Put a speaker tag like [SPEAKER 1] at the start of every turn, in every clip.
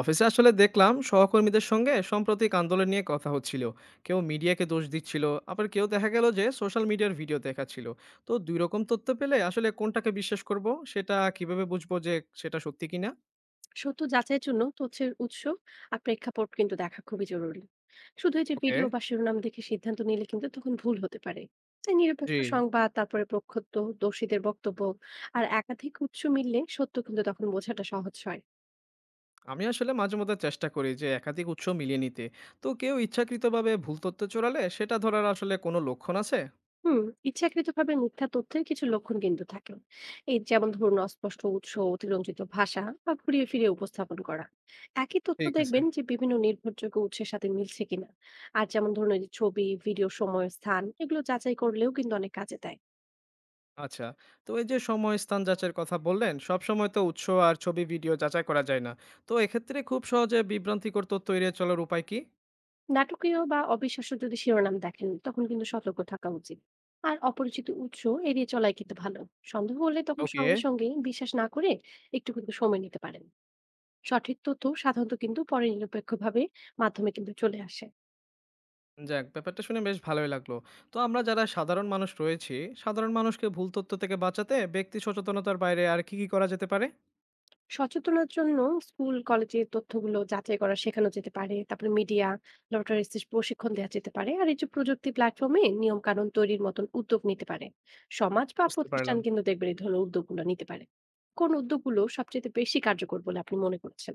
[SPEAKER 1] অফিসে আসলে দেখলাম সহকর্মীদের সঙ্গে সাম্প্রতিক আন্দোলন নিয়ে কথা হচ্ছিল। কেউ মিডিয়াকে দোষ দিচ্ছিল, আবার কেউ দেখা গেল যে সোশ্যাল মিডিয়ার ভিডিও দেখাচ্ছিল। তো দুই রকম তথ্য পেলে আসলে কোনটাকে বিশ্বাস করব, সেটা কিভাবে বুঝবো যে সেটা সত্যি কিনা?
[SPEAKER 2] সত্য যাচাইয়ের জন্য তথ্যের উৎস আর প্রেক্ষাপট কিন্তু দেখা খুবই জরুরি। শুধু এই যে
[SPEAKER 1] ওকে।
[SPEAKER 2] ভিডিও বা শিরোনাম দেখে সিদ্ধান্ত নিলে কিন্তু তখন ভুল হতে পারে। তাই
[SPEAKER 1] জি।
[SPEAKER 2] নিরপেক্ষ সংবাদ, তারপরে প্রক্ষত, দোষীদের বক্তব্য আর একাধিক উৎস মিললে সত্য কিন্তু তখন বোঝাটা সহজ হয়।
[SPEAKER 1] আমি আসলে মাঝে মধ্যে চেষ্টা করি যে একাধিক উৎস মিলিয়ে নিতে। তো কেউ ইচ্ছাকৃতভাবে ভুল তথ্য চড়ালে সেটা ধরার আসলে কোনো লক্ষণ আছে?
[SPEAKER 2] হুম ইচ্ছাকৃতভাবে মিথ্যা তথ্যের কিছু লক্ষণ কিন্তু থাকে। এই যেমন ধরুন, অস্পষ্ট উৎস, অতিরঞ্জিত ভাষা বা ঘুরিয়ে ফিরিয়ে উপস্থাপন করা। একই তথ্য
[SPEAKER 1] ঠিক আছে।
[SPEAKER 2] দেখবেন যে বিভিন্ন নির্ভরযোগ্য উৎসের সাথে মিলছে কিনা। আর যেমন ধরুন, এই যে ছবি, ভিডিও, সময়, স্থান, এগুলো যাচাই করলেও কিন্তু অনেক কাজে দেয়।
[SPEAKER 1] আচ্ছা। তো এই যে সময়, স্থান যাচাইয়ের কথা বললেন, সবসময় তো উৎস আর ছবি, ভিডিও যাচাই করা যায় না। তো এক্ষেত্রে খুব সহজে বিভ্রান্তিকর তথ্য এড়িয়ে চলার উপায় কি?
[SPEAKER 2] নাটকীয় বা অবিশ্বাস্য যদি শিরোনাম দেখেন, তখন কিন্তু সতর্ক থাকা উচিত। আর অপরিচিত উৎস এড়িয়ে চলাই কিন্তু ভালো। সন্দেহ হলে তখন
[SPEAKER 1] ওকে।
[SPEAKER 2] সঙ্গে সঙ্গে বিশ্বাস না করে একটু কিন্তু সময় নিতে পারেন। সঠিক তথ্য সাধারণত কিন্তু পরে নিরপেক্ষভাবে মাধ্যমে কিন্তু চলে আসে।
[SPEAKER 1] যাক, ব্যাপারটা শুনে বেশ ভালোই লাগলো। তো আমরা যারা সাধারণ মানুষ রয়েছি, সাধারণ মানুষকে ভুল তথ্য থেকে বাঁচাতে ব্যক্তি সচেতনতার বাইরে আর কি, কি করা যেতে পারে?
[SPEAKER 2] সচেতনার জন্য স্কুল কলেজের তথ্যগুলো যাচাই করা শেখানো যেতে পারে, তারপরে মিডিয়া লটারিস্ট প্রশিক্ষণ দেওয়া যেতে পারে, আর এই যে প্রযুক্তি প্ল্যাটফর্মে নিয়ম কানুন তৈরির মতন উদ্যোগ নিতে পারে। সমাজ বা
[SPEAKER 1] বুঝতে
[SPEAKER 2] প্রতিষ্ঠান
[SPEAKER 1] পারলাম।
[SPEAKER 2] কিন্তু দেখবেন এই ধরনের উদ্যোগগুলো নিতে পারে। কোন উদ্যোগগুলো সবচেয়ে বেশি কার্যকর বলে আপনি মনে করছেন?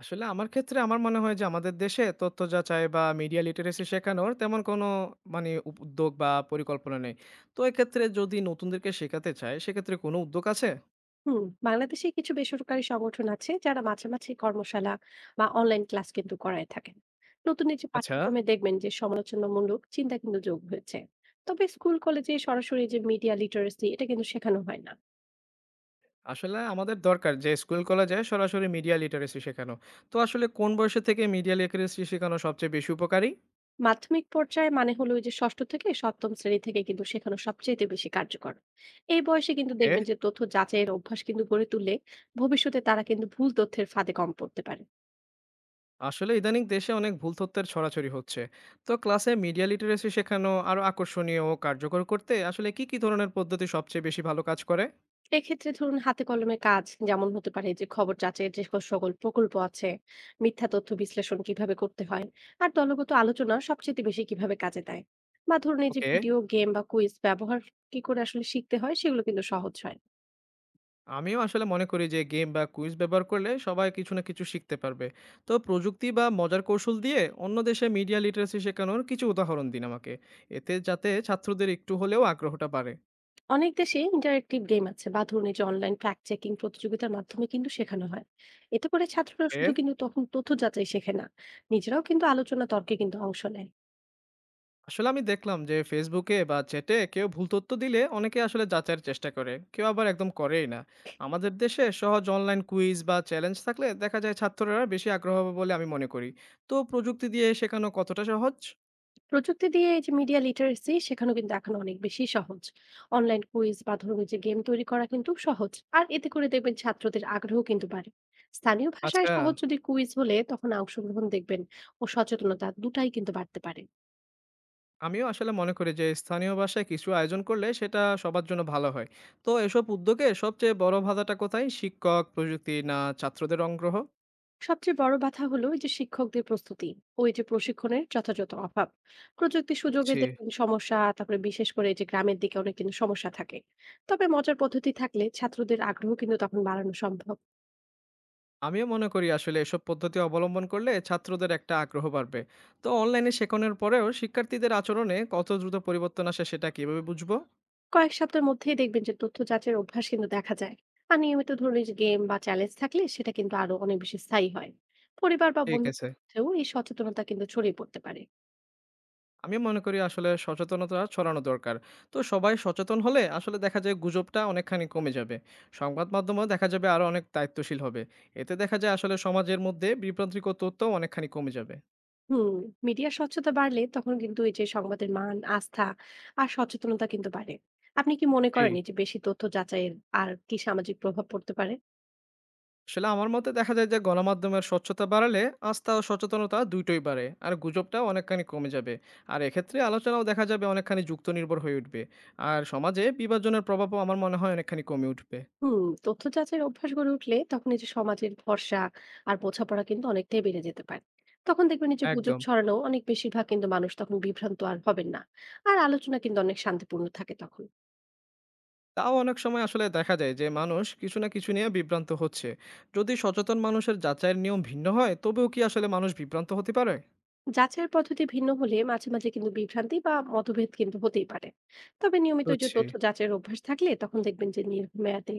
[SPEAKER 1] আসলে আমার ক্ষেত্রে আমার মনে হয় যে আমাদের দেশে তথ্য যাচাই বা মিডিয়া লিটারেসি শেখানোর তেমন কোনো মানে উদ্যোগ বা পরিকল্পনা নেই। তো এক্ষেত্রে যদি নতুনদেরকে শেখাতে চায়, সেক্ষেত্রে কোনো উদ্যোগ আছে?
[SPEAKER 2] হুম বাংলাদেশে কিছু বেসরকারি সংগঠন আছে যারা মাঝামাঝি কর্মশালা বা অনলাইন ক্লাস কিন্তু করায় থাকেন। নতুন এই যে
[SPEAKER 1] আচ্ছা।
[SPEAKER 2] পাঠ্যক্রমে দেখবেন যে সমালোচনামূলক চিন্তা কিন্তু যোগ হয়েছে। তবে স্কুল কলেজে সরাসরি যে মিডিয়া লিটারেসি এটা কিন্তু শেখানো হয় না।
[SPEAKER 1] আসলে আমাদের দরকার যে স্কুল কলেজে সরাসরি মিডিয়া লিটারেসি শেখানো। তো আসলে কোন বয়সে থেকে মিডিয়া লিটারেসি শেখানো সবচেয়ে বেশি উপকারী?
[SPEAKER 2] মাধ্যমিক পর্যায়ে, মানে হলো ওই যে ষষ্ঠ থেকে সপ্তম শ্রেণী থেকে কিন্তু শেখানো সবচেয়ে বেশি কার্যকর। এই বয়সে কিন্তু
[SPEAKER 1] ওকে।
[SPEAKER 2] দেখবেন যে তথ্য যাচাইয়ের অভ্যাস কিন্তু গড়ে তুললে ভবিষ্যতে তারা কিন্তু ভুল তথ্যের ফাঁদে কম পড়তে পারে।
[SPEAKER 1] আসলে ইদানিং দেশে অনেক ভুল তথ্যের ছড়াছড়ি হচ্ছে। তো ক্লাসে মিডিয়া লিটারেসি শেখানো আরো আকর্ষণীয় ও কার্যকর করতে আসলে কি, কি ধরনের পদ্ধতি সবচেয়ে বেশি ভালো কাজ করে?
[SPEAKER 2] এক্ষেত্রে ধরুন, হাতে কলমে কাজ যেমন হতে পারে যে খবর যাচাইয়ের যে সকল প্রকল্প আছে, মিথ্যা তথ্য বিশ্লেষণ কিভাবে করতে হয়, আর দলগত আলোচনা সবচেয়ে বেশি কিভাবে কাজে দেয়, বা ধরুন এই যে
[SPEAKER 1] ওকে।
[SPEAKER 2] ভিডিও গেম বা কুইজ ব্যবহার কি করে আসলে শিখতে হয়, সেগুলো কিন্তু সহজ হয়।
[SPEAKER 1] আমিও আসলে মনে করি যে গেম বা কুইজ ব্যবহার করলে সবাই কিছু না কিছু শিখতে পারবে। তো প্রযুক্তি বা মজার কৌশল দিয়ে অন্য দেশে মিডিয়া লিটারেসি শেখানোর কিছু উদাহরণ দিন আমাকে, এতে যাতে ছাত্রদের একটু হলেও আগ্রহটা বাড়ে।
[SPEAKER 2] অনেক দেশে ইন্টারেক্টিভ গেম আছে, বা ধরুন এই যে অনলাইন ফ্যাক্ট চেকিং প্রতিযোগিতার মাধ্যমে কিন্তু শেখানো হয়। এতে করে ছাত্ররা
[SPEAKER 1] এ
[SPEAKER 2] শুধু কিন্তু তখন তথ্য যাচাই শেখে না, নিজেরাও কিন্তু আলোচনা তর্কে কিন্তু অংশ নেয়।
[SPEAKER 1] আসলে আমি দেখলাম যে ফেসবুকে বা চ্যাটে কেউ ভুল তথ্য দিলে অনেকে আসলে যাচাইয়ের চেষ্টা করে, কেউ আবার একদম করেই না। আমাদের দেশে সহজ অনলাইন কুইজ বা চ্যালেঞ্জ থাকলে দেখা যায় ছাত্ররা বেশি আগ্রহ হবে বলে আমি মনে করি। তো প্রযুক্তি দিয়ে শেখানো কতটা সহজ?
[SPEAKER 2] প্রযুক্তি দিয়ে এই যে মিডিয়া লিটারেসি শেখানো কিন্তু এখন অনেক বেশি সহজ। অনলাইন কুইজ বা ধরুন এই যে গেম তৈরি করা কিন্তু সহজ, আর এতে করে দেখবেন ছাত্রদের আগ্রহ কিন্তু বাড়ে। স্থানীয় ভাষায়
[SPEAKER 1] আচ্ছা।
[SPEAKER 2] সহজ যদি কুইজ হলে তখন অংশগ্রহণ দেখবেন ও সচেতনতা দুটাই কিন্তু বাড়তে পারে।
[SPEAKER 1] আমিও আসলে মনে করি যে স্থানীয় ভাষায় কিছু আয়োজন করলে সেটা সবার জন্য ভালো হয়। তো এসব উদ্যোগে সবচেয়ে বড় বাধাটা কোথায়, শিক্ষক, প্রযুক্তি, না ছাত্রদের আগ্রহ?
[SPEAKER 2] সবচেয়ে বড় বাধা হলো এই যে শিক্ষকদের প্রস্তুতি ও এই যে প্রশিক্ষণের যথাযথ অভাব। প্রযুক্তি সুযোগে
[SPEAKER 1] বুঝছি।
[SPEAKER 2] দেখবেন সমস্যা, তারপরে বিশেষ করে এই যে গ্রামের দিকে অনেক কিন্তু সমস্যা থাকে। তবে মজার পদ্ধতি থাকলে ছাত্রদের আগ্রহ কিন্তু তখন বাড়ানো সম্ভব।
[SPEAKER 1] আমিও মনে করি আসলে এসব পদ্ধতি অবলম্বন করলে ছাত্রদের একটা আগ্রহ বাড়বে। তো অনলাইনে শেখানোর পরেও শিক্ষার্থীদের আচরণে কত দ্রুত পরিবর্তন আসে সেটা কিভাবে বুঝবো?
[SPEAKER 2] কয়েক সপ্তাহের মধ্যেই দেখবেন যে তথ্য যাচাইয়ের অভ্যাস কিন্তু দেখা যায়। আর নিয়মিত ধরুন এই যে গেম বা চ্যালেঞ্জ থাকলে সেটা কিন্তু আরো অনেক বেশি স্থায়ী হয়। পরিবার বা
[SPEAKER 1] ঠিক
[SPEAKER 2] বন্ধুর
[SPEAKER 1] আছে।
[SPEAKER 2] মধ্যেও এই সচেতনতা কিন্তু ছড়িয়ে পড়তে পারে।
[SPEAKER 1] আমি মনে করি আসলে সচেতনতা ছড়ানো দরকার। তো সবাই সচেতন হলে আসলে দেখা যায় গুজবটা অনেকখানি কমে যাবে। সংবাদ মাধ্যমেও দেখা যাবে আরো অনেক দায়িত্বশীল হবে। এতে দেখা যায় আসলে সমাজের মধ্যে বিভ্রান্তিকর তথ্যও অনেকখানি কমে যাবে।
[SPEAKER 2] হুম মিডিয়ার স্বচ্ছতা বাড়লে তখন কিন্তু এই যে সংবাদের মান, আস্থা আর সচেতনতা কিন্তু বাড়ে। আপনি কি মনে
[SPEAKER 1] জি।
[SPEAKER 2] করেন এই যে বেশি তথ্য যাচাইয়ের আর কি সামাজিক প্রভাব পড়তে পারে?
[SPEAKER 1] আসলে আমার মতে দেখা যায় যে গণমাধ্যমের স্বচ্ছতা বাড়ালে আস্থা ও সচেতনতা দুইটোই বাড়ে। আর গুজবটাও অনেকখানি কমে যাবে। আর এক্ষেত্রে আলোচনাও দেখা যাবে অনেকখানি যুক্তিনির্ভর হয়ে উঠবে। আর সমাজে বিভাজনের প্রভাবও আমার মনে হয় অনেকখানি কমে উঠবে।
[SPEAKER 2] তথ্য যাচাইয়ের অভ্যাস গড়ে উঠলে তখন এই যে সমাজের ভরসা আর বোঝাপড়া কিন্তু অনেকটাই বেড়ে যেতে পারে। তখন দেখবেন এই যে গুজব
[SPEAKER 1] একদম।
[SPEAKER 2] ছড়ানো অনেক, বেশিরভাগ কিন্তু মানুষ তখন বিভ্রান্ত আর হবেন না। আর আলোচনা কিন্তু অনেক শান্তিপূর্ণ থাকে তখন।
[SPEAKER 1] তাও অনেক সময় আসলে দেখা যায় যে মানুষ কিছু না কিছু নিয়ে বিভ্রান্ত হচ্ছে। যদি সচেতন মানুষের যাচাইয়ের নিয়ম ভিন্ন হয়, তবেও কি আসলে মানুষ বিভ্রান্ত হতে পারে?
[SPEAKER 2] যাচাইয়ের পদ্ধতি ভিন্ন হলে মাঝে মাঝে কিন্তু বিভ্রান্তি বা মতভেদ কিন্তু হতেই পারে। তবে নিয়মিত এই যে
[SPEAKER 1] বুঝছি।
[SPEAKER 2] তথ্য যাচাইয়ের অভ্যাস থাকলে তখন দেখবেন যে দীর্ঘমেয়াদে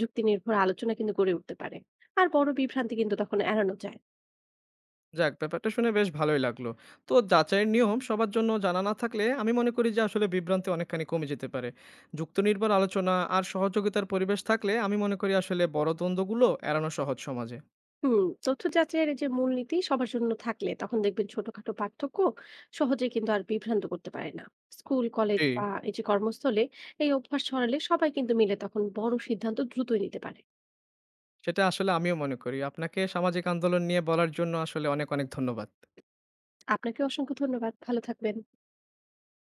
[SPEAKER 2] যুক্তি নির্ভর আলোচনা কিন্তু গড়ে উঠতে পারে আর বড় বিভ্রান্তি কিন্তু তখন এড়ানো যায়।
[SPEAKER 1] যাক, ব্যাপারটা শুনে বেশ ভালোই লাগলো। তো যাচাইয়ের নিয়ম সবার জন্য জানা না থাকলে আমি মনে করি যে আসলে বিভ্রান্তি অনেকখানি কমে যেতে পারে। যুক্তিনির্ভর আলোচনা আর সহযোগিতার পরিবেশ থাকলে আমি মনে করি আসলে বড় দ্বন্দ্বগুলো এড়ানো সহজ সমাজে।
[SPEAKER 2] হুম তথ্য যাচাইয়ের এই যে মূলনীতি সবার জন্য থাকলে তখন দেখবেন ছোটখাটো পার্থক্য সহজে কিন্তু আর বিভ্রান্ত করতে পারে না। স্কুল, কলেজ
[SPEAKER 1] জি,
[SPEAKER 2] বা এই যে কর্মস্থলে এই অভ্যাস ছড়ালে সবাই কিন্তু মিলে তখন বড় সিদ্ধান্ত দ্রুতই নিতে পারে।
[SPEAKER 1] সেটা আসলে আমিও মনে করি। আপনাকে সামাজিক আন্দোলন নিয়ে বলার জন্য আসলে অনেক ধন্যবাদ।
[SPEAKER 2] আপনাকে অসংখ্য ধন্যবাদ। ভালো থাকবেন।